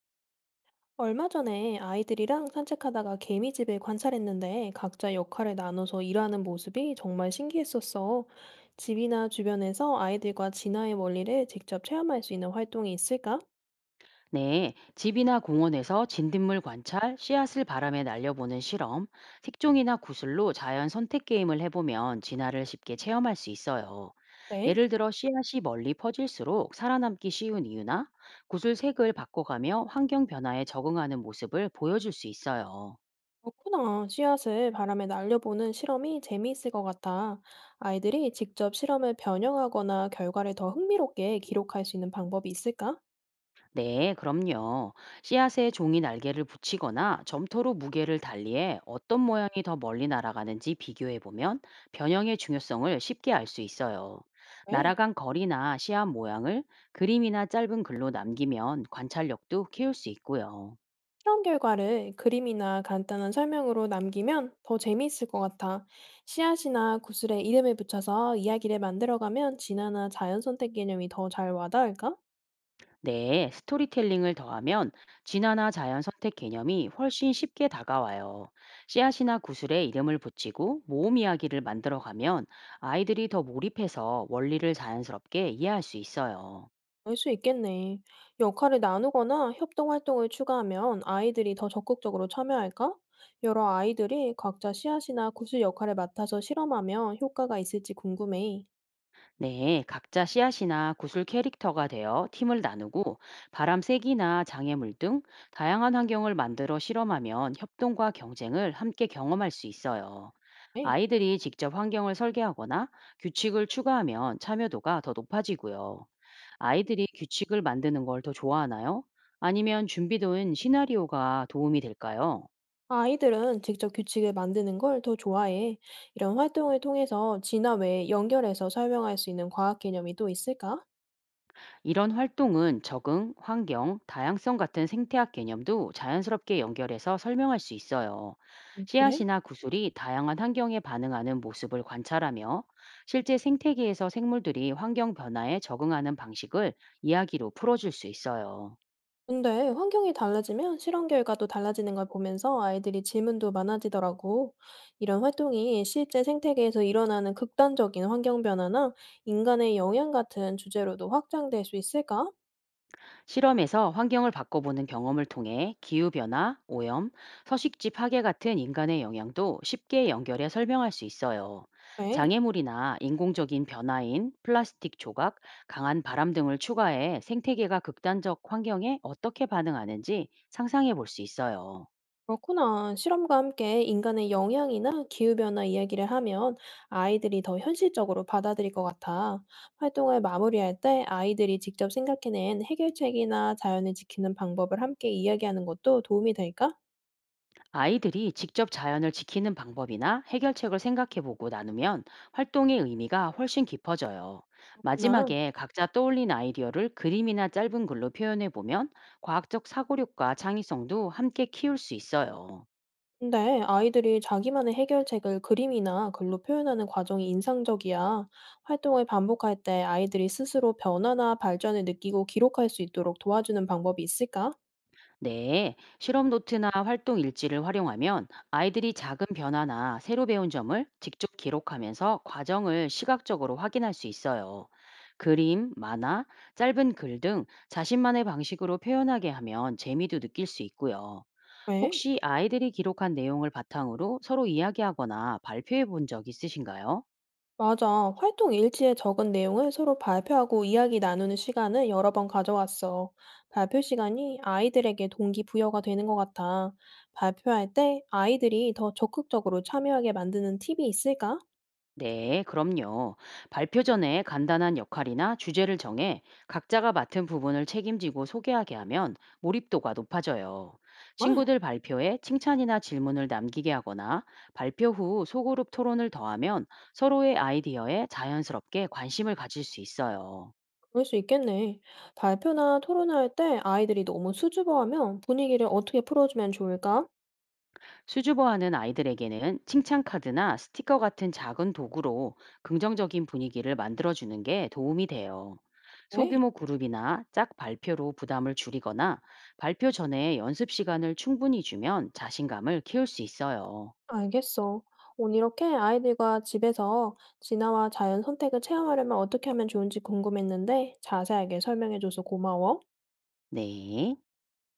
얼마 전에 아이들이랑 산책하다가 개미집을 관찰했는데 각자 역할을 나눠서 일하는 모습이 정말 신기했었어. 집이나 주변에서 아이들과 진화의 원리를 직접 체험할 수 있는 활동이 있을까? 네, 집이나 공원에서 진딧물 관찰, 씨앗을 바람에 날려보는 실험, 색종이나 구슬로 자연 선택 게임을 해보면 진화를 쉽게 체험할 수 있어요. 예를 네. 들어 씨앗이 멀리 퍼질수록 살아남기 쉬운 이유나 구슬 색을 바꿔가며 환경 변화에 적응하는 모습을 보여줄 수 있어요. 그렇구나. 씨앗을 바람에 날려보는 실험이 재미있을 것 같아. 아이들이 직접 실험을 변형하거나 결과를 더 흥미롭게 기록할 수 있는 방법이 있을까? 네, 그럼요. 씨앗에 종이 날개를 붙이거나 점토로 무게를 달리해 어떤 모양이 더 멀리 날아가는지 비교해 보면 변형의 중요성을 쉽게 알 수 있어요. 네. 날아간 거리나 씨앗 모양을 그림이나 짧은 글로 남기면 관찰력도 키울 수 있고요. 실험 결과를 그림이나 간단한 설명으로 남기면 더 재미있을 것 같아. 씨앗이나 구슬에 이름을 붙여서 이야기를 만들어가면 진화나 자연 선택 개념이 더 잘 와닿을까? 네, 스토리텔링을 더하면 진화나 자연 선택 개념이 훨씬 쉽게 다가와요. 씨앗이나 구슬에 이름을 붙이고 모음 이야기를 만들어가면 아이들이 더 몰입해서 원리를 자연스럽게 이해할 수 있어요. 알 수 있겠네. 역할을 나누거나 협동 활동을 추가하면 아이들이 더 적극적으로 참여할까? 여러 아이들이 각자 씨앗이나 구슬 역할을 맡아서 실험하면 효과가 있을지 궁금해. 네, 각자 씨앗이나 구슬 캐릭터가 되어 팀을 나누고 바람 세기나 장애물 등 다양한 환경을 만들어 실험하면 협동과 경쟁을 함께 경험할 수 있어요. 네. 아이들이 직접 환경을 설계하거나 규칙을 추가하면 참여도가 더 높아지고요. 아이들이 규칙을 만드는 걸 더 좋아하나요? 아니면 준비된 시나리오가 도움이 될까요? 아이들은 직접 규칙을 만드는 걸 더 좋아해. 이런 활동을 통해서 진화 외에 연결해서 설명할 수 있는 과학 개념이 또 있을까? 이런 활동은 적응, 환경, 다양성 같은 생태학 개념도 자연스럽게 연결해서 설명할 수 있어요. 그래? 씨앗이나 구슬이 다양한 환경에 반응하는 모습을 관찰하며 실제 생태계에서 생물들이 환경 변화에 적응하는 방식을 이야기로 풀어줄 수 있어요. 근데 환경이 달라지면 실험 결과도 달라지는 걸 보면서 아이들이 질문도 많아지더라고. 이런 활동이 실제 생태계에서 일어나는 극단적인 환경 변화나 인간의 영향 같은 주제로도 확장될 수 있을까? 실험에서 환경을 바꿔보는 경험을 통해 기후변화, 오염, 서식지 파괴 같은 인간의 영향도 쉽게 연결해 설명할 수 있어요. 네. 장애물이나 인공적인 변화인 플라스틱 조각, 강한 바람 등을 추가해 생태계가 극단적 환경에 어떻게 반응하는지 상상해 볼 수 있어요. 그렇구나. 실험과 함께 인간의 영향이나 기후변화 이야기를 하면 아이들이 더 현실적으로 받아들일 것 같아. 활동을 마무리할 때 아이들이 직접 생각해낸 해결책이나 자연을 지키는 방법을 함께 이야기하는 것도 도움이 될까? 아이들이 직접 자연을 지키는 방법이나 해결책을 생각해 보고 나누면 활동의 의미가 훨씬 깊어져요. 구나. 마지막에 각자 떠올린 아이디어를 그림이나 짧은 글로 표현해 보면 과학적 사고력과 창의성도 함께 키울 수 있어요. 근데 아이들이 자기만의 해결책을 그림이나 글로 표현하는 과정이 인상적이야. 활동을 반복할 때 아이들이 스스로 변화나 발전을 느끼고 기록할 수 있도록 도와주는 방법이 있을까? 네, 실험 노트나 활동 일지를 활용하면 아이들이 작은 변화나 새로 배운 점을 직접 기록하면서 과정을 시각적으로 확인할 수 있어요. 그림, 만화, 짧은 글 등 자신만의 방식으로 표현하게 하면 재미도 느낄 수 있고요. 왜? 혹시 아이들이 기록한 내용을 바탕으로 서로 이야기하거나 발표해 본 적 있으신가요? 맞아. 활동 일지에 적은 내용을 서로 발표하고 이야기 나누는 시간을 여러 번 가져왔어. 발표 시간이 아이들에게 동기부여가 되는 것 같아. 발표할 때 아이들이 더 적극적으로 참여하게 만드는 팁이 있을까? 네, 그럼요. 발표 전에 간단한 역할이나 주제를 정해 각자가 맡은 부분을 책임지고 소개하게 하면 몰입도가 높아져요. 정말? 친구들 발표에 칭찬이나 질문을 남기게 하거나 발표 후 소그룹 토론을 더하면 서로의 아이디어에 자연스럽게 관심을 가질 수 있어요. 그럴 수 있겠네. 발표나 토론할 때 아이들이 너무 수줍어하면 분위기를 어떻게 풀어주면 좋을까? 수줍어하는 아이들에게는 칭찬 카드나 스티커 같은 작은 도구로 긍정적인 분위기를 만들어주는 게 도움이 돼요. 네. 소규모 그룹이나 짝 발표로 부담을 줄이거나 발표 전에 연습 시간을 충분히 주면 자신감을 키울 수 있어요. 알겠어. 오늘 이렇게 아이들과 집에서 진화와 자연 선택을 체험하려면 어떻게 하면 좋은지 궁금했는데 자세하게 설명해줘서 고마워. 네.